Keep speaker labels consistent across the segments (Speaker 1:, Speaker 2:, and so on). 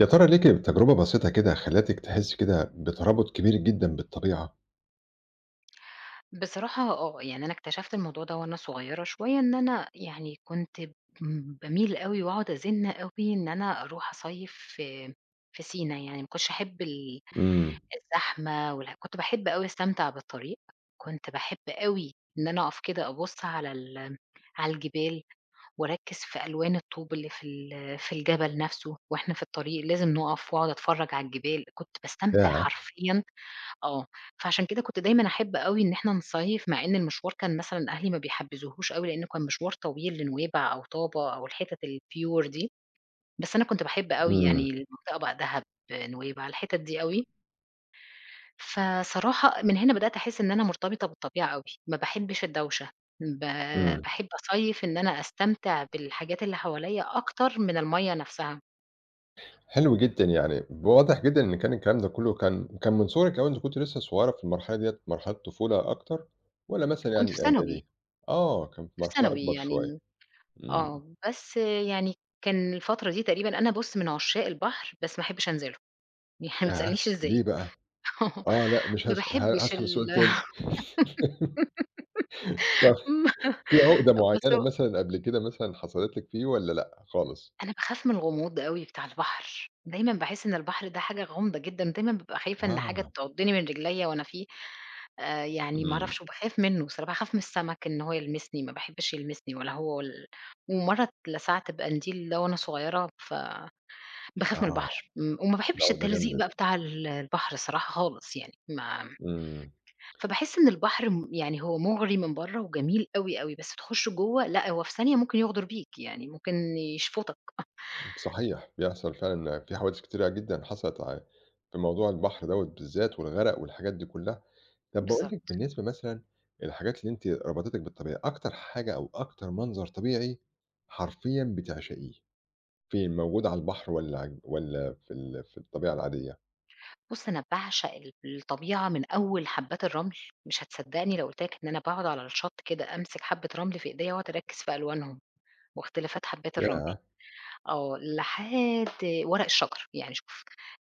Speaker 1: يا ترى ليه كده تجربة بسيطة كده خلّتِك تحسّي كده بترابط كبير جدًا بالطبيعة؟
Speaker 2: بصراحة آه، يعني أنا اكتشفت الموضوع ده وأنا صغيرة شوية إن أنا يعني كنت ب باميل أوي وأقعد أزن أوي إن أنا أروح أصيف في سينا، يعني ما كنتش أحب ال
Speaker 1: إمم،
Speaker 2: الزحمة كنت باحب أوي أستمتع بالطريق، كنت باحب أوي إن أنا أقف كده أبُص على الجبال وأركّز في ألوان الطوب اللي في الجبل نفسه، وإحنا في الطريق لازم نُقف وأقعد أتفرّج على الجبال، كنت باستمتع
Speaker 1: ياه!
Speaker 2: حرفيًا آه، فعشان كده كنت دايمًا أحب أوي إن إحنا نصيّف، مع إن المشوار كان مثلًا أهلي ما بيحبذوهوش أوي، لإنه كان مشوار طويل لنويبع أو طابة أو الحتت الpure دي، بس أنا كنت باحب أوي
Speaker 1: إمم،
Speaker 2: يعني المنطقة بقى دهب، نويبع، الحتت دي أوي، فصراحة من هنا بدأت أحس إن أنا مرتبطة بالطبيعة أوي، ما باحبش الدوشة، ب
Speaker 1: إمم،
Speaker 2: باحب أصيّف إن أنا أستمتع بالحاجات اللي حواليّا أكتر من المَيّة نفسها،
Speaker 1: حلو جدًا يعني، واضح جدًا إن كان الكلام ده كلّه كان من صغرِك أوي أنتِ كنتِ لسه صغيّرة في المرحلة ديّة، مرحلة طفولة أكتر والّا مثلًا
Speaker 2: كنت
Speaker 1: يعني
Speaker 2: في ثانوي،
Speaker 1: الإعدادي؟ آه، كان في
Speaker 2: كنت في
Speaker 1: مرحلة
Speaker 2: ثانوي
Speaker 1: أكبر شوية،
Speaker 2: يعني
Speaker 1: إمم،
Speaker 2: بس يعني كان الفترة دي تقريبًا أنا بُص من عشاق البحر، بس ما أحبش أنزله، يعني ما
Speaker 1: ياه!
Speaker 2: تسألنيش إزاي
Speaker 1: ليه بقى؟ آه، لأ مش
Speaker 2: ما
Speaker 1: هاسأل ه
Speaker 2: باحبش
Speaker 1: هاسحب السؤال تاني، طَب في عقدة
Speaker 2: بُص
Speaker 1: معيّنة
Speaker 2: هو
Speaker 1: مثلًا قبل كده مثلًا حصلت لِك فيه والّا لأ خالص؟
Speaker 2: أنا باخاف من الغموض أوي بتاع البحر، دايمًا باحس إن البحر ده حاجة غامضة جدًا، ودايمًا بابقى خايفة إن حاجة
Speaker 1: آه،
Speaker 2: تعضني من رجليّا وأنا فيه، يعني ما
Speaker 1: إمم،
Speaker 2: أعرفش وباخاف منه الصراحة، باخاف من السمك إن هو يلمسني، ما باحبش يلمسني ولا هو ومرّة اتلسعت بقنديل ده وأنا صغيرة باخاف من
Speaker 1: آه،
Speaker 2: البحر، وما
Speaker 1: دي
Speaker 2: باحبش
Speaker 1: عقدة
Speaker 2: التلزيق
Speaker 1: جامدة
Speaker 2: بقى
Speaker 1: دي.
Speaker 2: بتاع البحر الصراحة خالص يعني، ما
Speaker 1: إمم،
Speaker 2: فباحس إن البحر يعني هو مُغري من برّه وجميل أوي، أوي، بس تخُش جوّه لأ، هو في ثانية ممكن يغدر بيك، يعني ممكن يشفُطك.
Speaker 1: صحيح، بيحصل فعلًا إن في حوادث كتيرة جدًا حصلت ع في موضوع البحر دوّة بالذات والغرق والحاجات دي كلّها. طَب باقول لِك
Speaker 2: بالضبط.
Speaker 1: بالنسبة مثلًا الحاجات اللي أنتِ ربطتِك بالطبيعة، أكتر حاجة أو أكتر منظر طبيعي حرفيًا بتعشقيه، فين موجود على البحر والّا في في الطبيعة العادية؟
Speaker 2: بُص، أنا باعشق الطبيعة من أول حبّات الرمل، مش هتصدّقني لو قُلت لك إن أنا باقعد على الشط كده أمسك حبّة رمل في إيديّا وأقعد أركّز في ألوانهم واختلافات حبّات الرمل.
Speaker 1: ياه!
Speaker 2: آه، لحد ورق الشجر، يعني شوف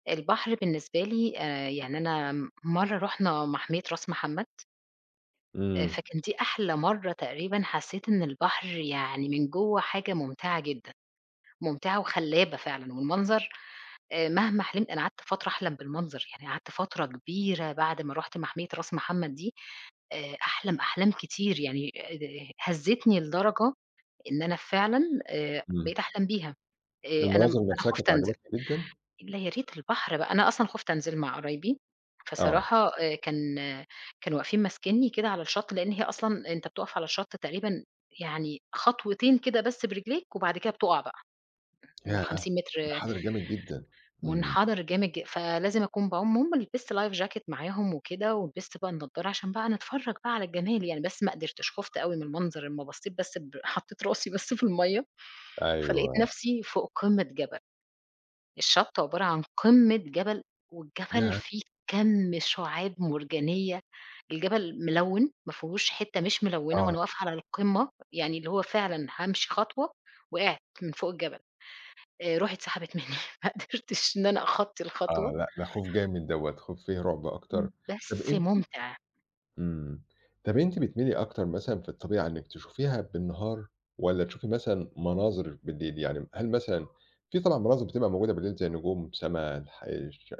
Speaker 2: البحر بالنسبة لي يعني أنا مرّة رُحنا محمية راس محمد،
Speaker 1: إمم،
Speaker 2: فكان دي أحلى مرّة تقريبًا حسّيت إن البحر يعني من جوّه حاجة ممتعة جدًا، ممتعة وخلّابة فعلًا، والمنظر مهما حلمت أنا قعدت فترة أحلم بالمنظر، يعني قعدت فترة كبيرة بعد ما رُحت محمية راس محمد دي أحلم أحلام كتير يعني هزّتني لدرجة إن أنا فعلًا
Speaker 1: إمم.
Speaker 2: بقيت أحلم بيها، أنا م
Speaker 1: المناظر
Speaker 2: أنا
Speaker 1: نفسها
Speaker 2: خُفت
Speaker 1: كانت
Speaker 2: أنزل.
Speaker 1: عجباكِ جدًا؟
Speaker 2: لا يا ريت البحر بقى، أنا أصلًا خُفت أنزل مع قرايبي،
Speaker 1: آه.
Speaker 2: فصراحة كانوا واقفين ماسكينّي كده على الشَط، لإن هي أصلًا أنت بتُقف على الشَط تقريبًا يعني خطوتين كده بس برجليك وبعد كده بتُقع بقى، من
Speaker 1: ياه!
Speaker 2: 50 متر
Speaker 1: منحدر جامد جدًا. إمم،
Speaker 2: منحدر جامد فلازم أكون باعوم، المهم لبست life jacket معاهم وكده ولبست بقى النضارة عشان بقى نتفرّج بقى على الجمال يعني، بس ما قدرتش، خُفت أوي من المنظر، أمّا بصّيت بس حطّيت راسي بس في المَيّة، فلقيت
Speaker 1: أيوه.
Speaker 2: نَفْسي فوق قمة جبل. الشط عبارة عن قمة جبل، والجبل
Speaker 1: ياه!
Speaker 2: فيه كَمّ شُعاب مرجانية، الجبل ملوِّن ما فيهوش حتّة مش ملوِّنة،
Speaker 1: آه.
Speaker 2: وأنا واقفة على القمة يعني اللي هو فعلًا هامشي خطوة وقعت من فوق الجبل، روحي اتسحبت منّي ما قدرتش إن أنا أخطّي
Speaker 1: آه،
Speaker 2: الخطوة،
Speaker 1: لأ، ده خوف جامد دوّة، خوف فيه رعب أكتر.
Speaker 2: إمم.
Speaker 1: طَب
Speaker 2: بس
Speaker 1: أنتِ
Speaker 2: مُمتع،
Speaker 1: إمم، طَب أنتِ بتميلي أكتر مثلًا في الطبيعة إنِّك تشوفيها بالنهار والّا تشوفي مثلًا مناظر بالليل؟ يعني هل مثلًا في طبعًا مناظر بتبقى موجودة بالليل زي نجوم، سما،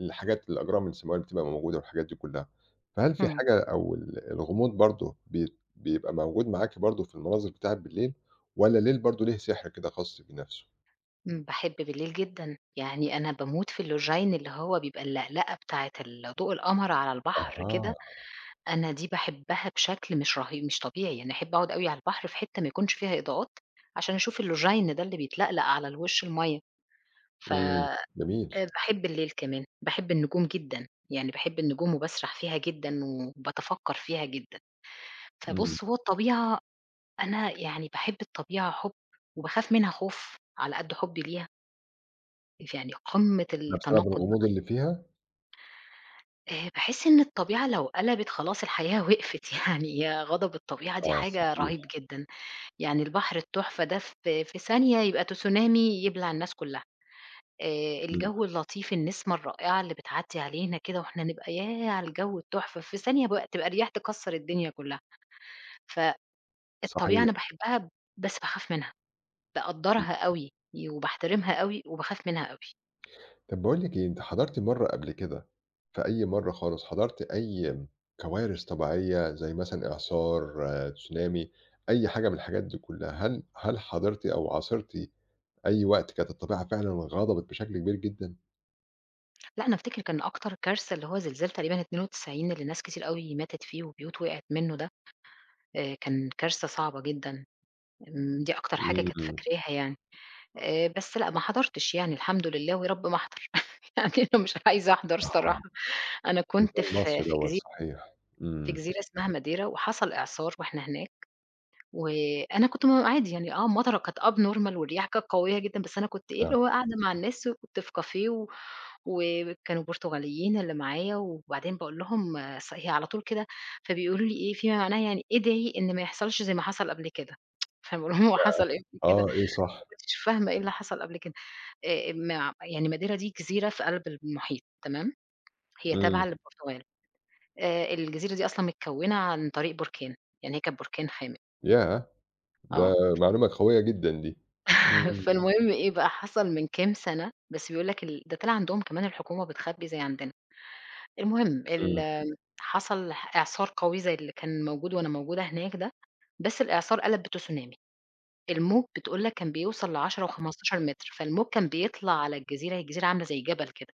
Speaker 1: الحاجات الأجرام السماوية اللي بتبقى موجودة والحاجات دي كُلّها، فهل في
Speaker 2: إمم،
Speaker 1: حاجة أو ال الغموض برضه بيبقى موجود معاكِ برضه في المناظر بتاعة بالليل والّا الليل برضه ليه سحر كده خاص بنَفْسه؟
Speaker 2: إمم، باحب بالليل جدًا، يعني أنا باموت في اللوجَّين اللي هو بيبقى اللَّقلَقة بتاعة ضوء القمر على البحر
Speaker 1: أها،
Speaker 2: كده. أنا دي باحبها بشكل مش مش طبيعي، يعني أحب أقعد أوي على البحر في حتة ما يكونش فيها إضاءات، عشان أشوف اللوجين ده اللي بيتلقلق على الوش المَيّة، ف
Speaker 1: إمم، جميل.
Speaker 2: باحب الليل كمان، باحب النجوم جدًا، يعني باحب النجوم وباسرح فيها جدًا وباتفكّر فيها جدًا،
Speaker 1: إمم.
Speaker 2: فبُص هو الطبيعة أنا يعني باحب الطبيعة حُب وباخاف منها خوف على قد حُبّي ليها، يعني قمة
Speaker 1: ده بسبب
Speaker 2: التناقض
Speaker 1: الغموض
Speaker 2: بقى،
Speaker 1: اللي فيها؟
Speaker 2: باحس إن الطبيعة لو قلبت خلاص الحياة وقفت يعني يا غضب الطبيعة دي
Speaker 1: آه
Speaker 2: حاجة
Speaker 1: صحيح،
Speaker 2: رهيب جدًا. يعني البحر التحفة ده في ثانية يبقى تسونامي يبلع الناس كلّها،
Speaker 1: إمم،
Speaker 2: الجو اللطيف، النسمة الرائعة اللي بتعدّي علينا كده وإحنا نبقى ياه على الجو التحفة، في ثانية بقى تبقى رياح تكسّر الدنيا كلّها، فالطبيعة
Speaker 1: صحيح،
Speaker 2: أنا باحبها بس باخاف منها،
Speaker 1: إمم.
Speaker 2: باقدّرها أوي وباحترمها أوي وباخاف منها أوي.
Speaker 1: طب باقول لِك إيه، أنتِ حضرتِ مرّة قبل كده في أي مرّة خالص حضرتِ أي كوارث طبيعية زي مثلًا إعصار، تسونامي، أي حاجة من الحاجات دي كلّها، هل حضرتِ أو عاصرتِ أي وقت كانت الطبيعة فعلًا غضبت بشكل كبير جدًا؟
Speaker 2: لأ أنا أفتكر كان أكتر كارثة اللي هو زلزال تقريبًا 92 اللي ناس كتير أوي ماتت فيه وبيوت وقعت منّه ده، كان كارثة صعبة جدًا، دي أكتر حاجة كانت
Speaker 1: إمم،
Speaker 2: فاكراها يعني. بس لأ ما حضرتش يعني الحمد لله ويا رب ما أحضر، يعني أنا مش عايزة أحضر
Speaker 1: آه،
Speaker 2: الصراحة، أنا كنت
Speaker 1: نزال
Speaker 2: في
Speaker 1: مصر
Speaker 2: في
Speaker 1: دوّة
Speaker 2: جزي
Speaker 1: صحيح،
Speaker 2: في
Speaker 1: إمم،
Speaker 2: جزيرة اسمها ماديرا وحصل إعصار وإحنا هناك، وأنا كنت عادي يعني آه المطرة كانت abnormal والرياح كانت قوية جدًا، بس أنا كنت إيه اللي
Speaker 1: آه،
Speaker 2: هو قاعدة مع الناس وكنت في كافيه وكانوا برتغاليين اللي معايا، وبعدين باقول لهم هي على طول كده فبيقولوا لي إيه فيما معناه يعني ادعي إن ما يحصلش زي ما حصل قبل كده، فأنا باقول لهم هو حصل إيه قبل كده؟
Speaker 1: آه، إيه
Speaker 2: ما
Speaker 1: صح،
Speaker 2: كنتش فاهمة إيه اللي حصل قبل كده. مع يعني ماديرا دي جزيرة في قلب المحيط تمام، هي
Speaker 1: إمم،
Speaker 2: تابعة للبرتغال. الجزيرة دي أصلًا متكوّنة عن طريق بركان، يعني هي كانت بركان حامل
Speaker 1: ياه!
Speaker 2: آه.
Speaker 1: ده معلومة قوية جدًا دي، إمم،
Speaker 2: فالمهم إيه بقى، حصل من كام سَنة بس بيقول لك ال ده طلع عندهم كمان الحكومة بتخبّي زي عندنا. المهم
Speaker 1: إمم.
Speaker 2: حصل إعصار قوي زي اللي كان موجود وأنا موجودة هناك ده، بس الإعصار قَلَب بتسونامي. الموج بتقول لك كان بيوصل ل10 و15 متر، فالموج كان بيطلع على الجزيرة، هي الجزيرة عاملة زي جبل كده،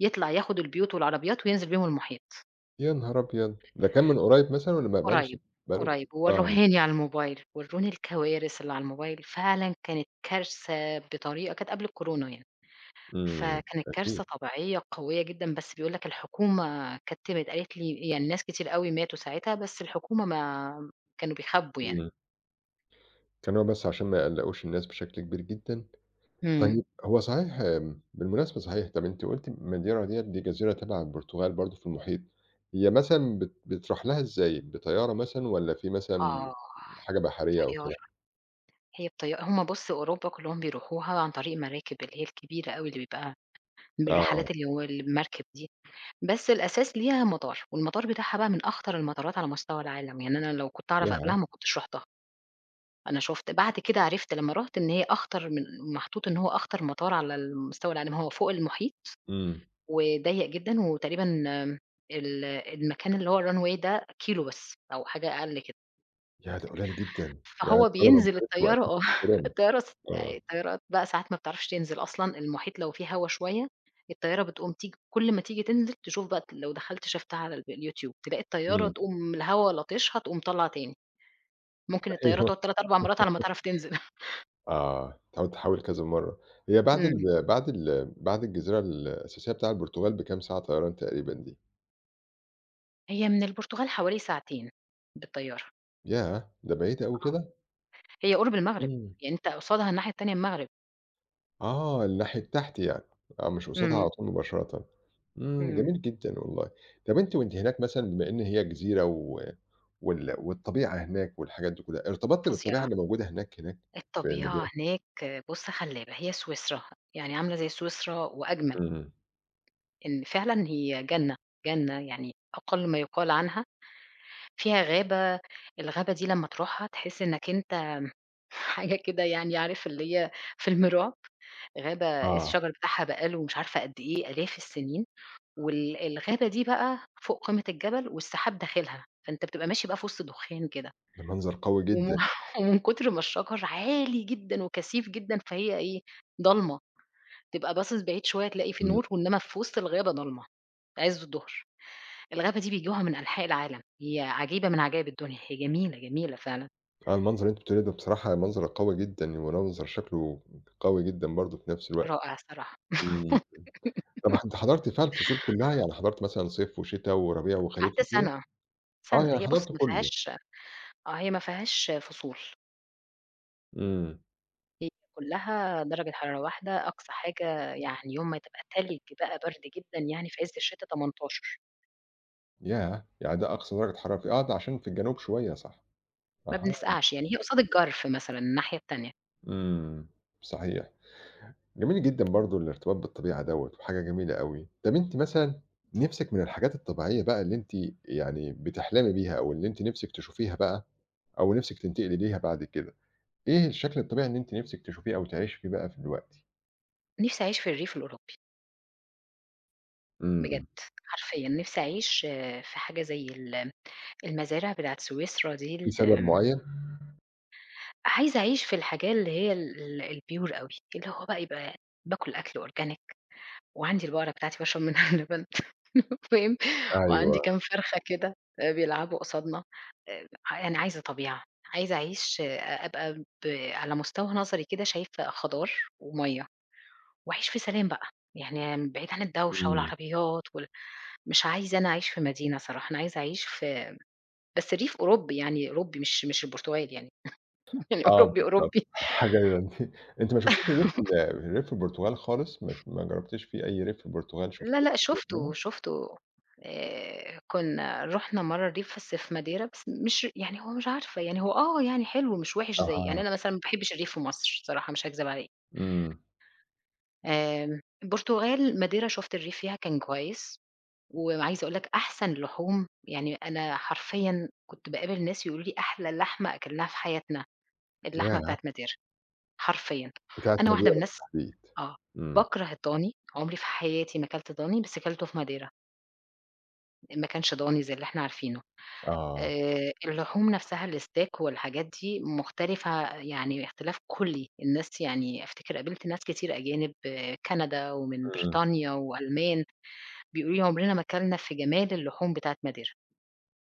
Speaker 2: يطلع ياخد البيوت والعربيات وينزل بيهم المحيط.
Speaker 1: يا نهار أبيض! ده كان من قريب مثلًا والّا ما بقى له س
Speaker 2: قريب،
Speaker 1: بقى له كتير؟
Speaker 2: قريب،
Speaker 1: آه،
Speaker 2: وورّوهاني على الموبايل، ورّوني الكوارث اللي على الموبايل، فعلًا كانت كارثة بطريقة كانت قبل الكورونا يعني،
Speaker 1: إمم،
Speaker 2: فكانت
Speaker 1: أكيد،
Speaker 2: كارثة طبيعية قوية جدًا، بس بيقول لك الحكومة كتّمت، قالت لي يعني ناس كتير أوي ماتوا ساعتها، بس الحكومة ما كانوا بيخبّوا يعني.
Speaker 1: إمم، كان هو بس عشان ما يقلّقوش الناس بشكل كبير جدًا.
Speaker 2: إمم.
Speaker 1: طيب هو صحيح آمم، بالمناسبة صحيح طَب أنتِ قُلتِ ماديرا ديّة دي جزيرة تبع البرتغال برضه في المحيط، هي مثلًا بتروح لها إزاي، بطيارة مثلًا والّا في مثلًا
Speaker 2: آه،
Speaker 1: حاجة بحرية أو كده؟
Speaker 2: طيارة، هي بطيا هم بُص أوروبا كلّهم بيروحوها عن طريق المراكب اللي هي الكبيرة أوي اللي بيبقى من
Speaker 1: آه،
Speaker 2: الرحلات اللي هو المركب دي. بس الأساس ليها مطار، والمطار بتاعها بقى من أخطر المطارات على مستوى العالم، يعني أنا لو كنت أعرف قبلها
Speaker 1: ياه!
Speaker 2: ما كنتش رُحتها، أنا شُفت بعد كده عرفت لمّا رُحت إن هي أخطر من محطوط إن هو أخطر مطار على مستوى العالم، هو فوق المحيط
Speaker 1: إمم،
Speaker 2: وضيّق جدًا وتقريبًا المكان اللي هو الrunway ده كيلو بس أو حاجة أقل كده.
Speaker 1: ياه! ده قليل جدًا، يعني
Speaker 2: فهو
Speaker 1: الطيارة لو ما
Speaker 2: بينزل
Speaker 1: خدتش
Speaker 2: الطيارة
Speaker 1: وقتها
Speaker 2: آه،
Speaker 1: كانت استلامة،
Speaker 2: الطيارة يعني
Speaker 1: آه،
Speaker 2: الطيارات بقى ساعات ما بتعرفش تنزل أصلًا، المحيط لو فيه هوا شوية، الطيارة بتقوم تيجي كل ما تيجي تنزل تشوف بقى لو دخلت شفتها على اليوتيوب، تلاقي الطيارة
Speaker 1: إمم،
Speaker 2: تقوم الهوا لطشها تقوم طالعة تاني، ممكن الطيارة
Speaker 1: أيوه.
Speaker 2: تقعد 3، 4 مرات على ما تعرف تنزل.
Speaker 1: آه، تقعد تحاول كذا مرّة. هي بعد
Speaker 2: إمم،
Speaker 1: ال بعد ال بعد الجزيرة الأساسية بتاع البرتغال بكام ساعة طيران تقريبًا دي؟
Speaker 2: هي من البرتغال حوالي ساعتين بالطيارة،
Speaker 1: ياه! ده بعيدة أوي
Speaker 2: آه،
Speaker 1: كده؟
Speaker 2: هي قرب المغرب،
Speaker 1: إمم.
Speaker 2: يعني أنت قصادها الناحية التانية المغرب.
Speaker 1: آه، الناحية التحت يعني، آه، مش قصادها
Speaker 2: إمم،
Speaker 1: على طول مباشرةً. إمم،
Speaker 2: إمم،
Speaker 1: جميل جدًا والله. طَب أنتِ وأنتِ هناك مثلًا بما إن هي جزيرة و وال والطبيعة هناك والحاجات دي كلّها، ارتبطتِ بالطبيعة
Speaker 2: فظيعة،
Speaker 1: اللي موجودة هناك، هناك في
Speaker 2: الطبيعة
Speaker 1: المدينة؟
Speaker 2: هناك بُص خلابة، هي سويسرا، يعني عاملة زي سويسرا وأجمل.
Speaker 1: إمم،
Speaker 2: إن فعلًا هي جنة، جنة يعني أقل ما يُقال عنها، فيها غابة، الغابة دي لمّا تروحها تحس إنك أنت حاجة كده يعني عارف اللي هي فيلم رعب، غابة
Speaker 1: آه،
Speaker 2: الشجر بتاعها بقى له مش عارفة قد إيه آلاف السنين، الغابة دي بقى فوق قمة الجبل والسحاب داخلها، فأنت بتبقى ماشي بقى في وسط دخان كده،
Speaker 1: ده منظر قوي
Speaker 2: وم
Speaker 1: جدًا.
Speaker 2: ومن كتر ما الشجر عالي جدًا وكثيف جدًا فهي إيه، ضلمة، تبقى باصص بعيد شوية تلاقي في
Speaker 1: إمم.
Speaker 2: نور، وإنما في وسط الغابة ضلمة، عِز الضُهر. الغابة دي بيجوها من أنحاء العالم، هي عجيبة من عجائب الدنيا، هي جميلة، جميلة فعلًا،
Speaker 1: آه، المنظر اللي أنتِ بتقوليه ده بصراحة منظر قوي جدًا، ومنظر شكله قوي جدًا برضه في نفس الوقت.
Speaker 2: رائع الصراحة.
Speaker 1: إمم، طب أنتِ حضرتِ فيها الفصول كلها؟ يعني حضرتِ مثلًا صيف وشتا وربيع
Speaker 2: قعدت
Speaker 1: وخريف وكده؟
Speaker 2: سَنة،
Speaker 1: آه،
Speaker 2: سَنة،
Speaker 1: يعني
Speaker 2: هي بُص
Speaker 1: حضرتِ
Speaker 2: ما
Speaker 1: كله.
Speaker 2: فيهاش آه، هي ما فيهاش فصول،
Speaker 1: إمم،
Speaker 2: هي كلّها درجة حرارة واحدة، أقصى حاجة يعني يوم ما تبقى تلج بقى برد جدًا يعني في عز الشتا 18،
Speaker 1: ياه! يعني ده أقصى درجة حرارة فيه آه، ده عشان في الجنوب شوية صح.
Speaker 2: ما
Speaker 1: أها،
Speaker 2: بنسقعش، يعني هي قصاد الجرف مثلًا الناحية التانية.
Speaker 1: إمم، صحيح. جميل جدًا برضه الارتباط بالطبيعة دوّة، وحاجة جميلة أوي. طب أنتِ مثلًا نِفْسِك من الحاجات الطبيعية بقى اللي أنتِ يعني بتحلمي بيها أو اللي أنتِ نِفْسِك تشوفيها بقى أو نِفْسِك تنتقلي ليها بعد كده؟ إيه الشكل الطبيعي اللي أنتِ نِفْسِك تشوفيه أو تعيشي فيه بقى في دلوقتي؟
Speaker 2: نِفْسي أعيش في الريف الأوروبي بجد،
Speaker 1: إمم.
Speaker 2: حرفيًا نِفْسي أعيش في حاجة زي المزارع بتاعة سويسرا دي
Speaker 1: في سبب معيّن؟
Speaker 2: عايزة أعيش في الحاجة اللي هي الpure أوي، اللي هو بقى يبقى باكل أكل organic وعندي البقرة بتاعتي باشرب منها اللبن فاهم، وعندي
Speaker 1: أيوه،
Speaker 2: كام فرخة كده بيلعبوا قصادنا، يعني عايزة طبيعة، عايزة أعيش أ أبقى ب على مستوى نظري كده شايفة خضار ومَيّة، وأعيش في سلام بقى، يعني بعيد عن الدوشة
Speaker 1: إمم،
Speaker 2: والعربيات مش عايزة أنا أعيش في مدينة صراحة، أنا عايزة أعيش في بس ريف أوروبي يعني أوروبي مش البرتغال يعني، يعني
Speaker 1: آه
Speaker 2: أوروبي،
Speaker 1: بالضبط،
Speaker 2: أوروبي.
Speaker 1: حاجة أنتِ أنتِ ما شُفتيش الريف ريف البرتغال خالص، مش ما جرّبتيش فيه أي ريف في البرتغال
Speaker 2: لا،
Speaker 1: شُفتيه
Speaker 2: لأ،
Speaker 1: قبل كده عمومًا؟
Speaker 2: شُفته، شُفته كنا رُحنا مرّة الريف بس في ماديرا، بس مش يعني هو مش عارفة يعني هو آه، يعني حلو مش وِحِش زي يعني
Speaker 1: أها،
Speaker 2: أنا مثلًا ما باحبش الريف في مصر الصراحة مش هاكذب عليك،
Speaker 1: إمم،
Speaker 2: البرتغال ماديرا شُفت الريف فيها كان كويس، وعايزة أقول لك أحسن لحوم، يعني أنا حرفيًا كنت باقابل ناس يقولوا لي: "أحلى لحمة أكلناها في حياتنا اللحمة
Speaker 1: ياه!
Speaker 2: بتاعة ماديرا." حرفيًا،
Speaker 1: بتاعة
Speaker 2: أنا واحدة من
Speaker 1: ماديرا
Speaker 2: الناس
Speaker 1: بالتحديد،
Speaker 2: آه،
Speaker 1: إمم.
Speaker 2: باكره الضاني، عمري في حياتي ما كلت ضاني، بس كلته في ماديرا. ما كانش ضاني زي اللي إحنا عارفينه.
Speaker 1: آه،
Speaker 2: اللحوم نفسها الsteak والحاجات دي مختلفة يعني اختلاف كُلّي، الناس يعني أفتكر قابلت ناس كتير أجانب كندا ومن
Speaker 1: إمم،
Speaker 2: بريطانيا وألمان، بيقولوا لي عمرنا ما أكلنا في جمال اللحوم بتاعة ماديرا.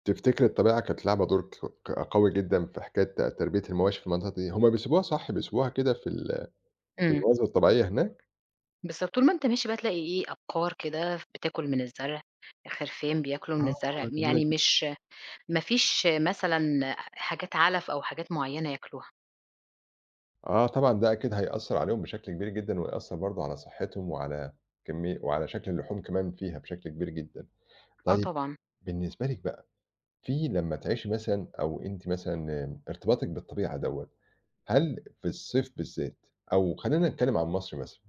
Speaker 1: تفتكري الطبيعة كانت لعبة دور ك ق قوي جدًا في حكاية تربية المواشي في المنطقة دي، هُم بيسيبوها صح، بيسيبوها كده في ال في
Speaker 2: إمم،
Speaker 1: المناظر الطبيعية هناك؟
Speaker 2: بالضبط، طول ما أنت ماشي بقى تلاقي إيه، أبقار كده بتاكل من الزرع، خرفان بياكلوا من
Speaker 1: آه،
Speaker 2: الزرع،
Speaker 1: جميلة
Speaker 2: يعني مش ما فيش مثلًا حاجات علف أو حاجات معيّنة ياكلوها.
Speaker 1: آه طبعًا ده أكيد هيأثّر عليهم بشكل كبير جدًا، ويأثّر برضه على صحّتهم وعلى كمي وعلى شكل اللحوم كمان فيها بشكل كبير جدًا.
Speaker 2: آه
Speaker 1: طيب
Speaker 2: طبعًا،
Speaker 1: بالنسبة لِك بقى، في لمّا تعيشي مثلًا أو أنتِ مثلًا آه، ارتباطِك بالطبيعة دوّة، هل في الصيف بالذات أو خلّينا نتكلّم عن مصر مثلًا،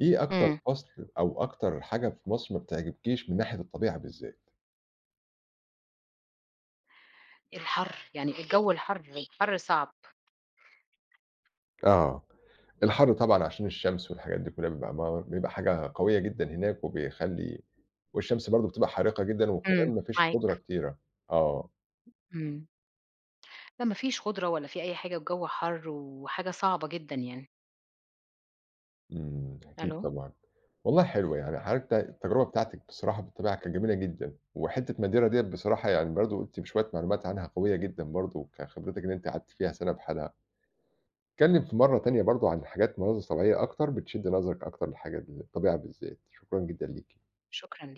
Speaker 1: إيه أكتر
Speaker 2: إمم،
Speaker 1: فصل أو أكتر حاجة في مصر ما بتعجبكيش من ناحية الطبيعة بالذات؟
Speaker 2: الحَر، يعني الجو الحَر، الحَر صعب.
Speaker 1: آه. الحر طبعًا عشان الشمس والحاجات دي كلّها بيبقى ما بيبقى حاجة قوية جدًا هناك وبيخلّي والشمس برضه بتبقى حارقة جدًا
Speaker 2: إمم،
Speaker 1: وكمان ما فيش خُضرة
Speaker 2: معاك،
Speaker 1: كتيرة. آه.
Speaker 2: إمم. لا ما فيش خُضرة ولا في أي حاجة والجو حَر وحاجة صعبة جدًا يعني.
Speaker 1: إمم، أكيد
Speaker 2: ألو،
Speaker 1: طبعًا. والله حلو يعني حضرتك التجربة بتاعتِك بصراحة بالطبيعة كانت جميلة جدًا، وحتّة ماديرا ديّة بصراحة يعني برضه قُلتِ بشوية معلومات عنها قوية جدًا برضه كخبرتِك إن أنتِ قعدتِ فيها سَنة بحالها. اتكلّم في مرّة تانية برضه عن حاجات مناظر طبيعية أكتر بتشد نظرِك أكتر لحاجة الطبيعة بالذات. شكرًا جدًا ليكِ.
Speaker 2: شكرًا ليك.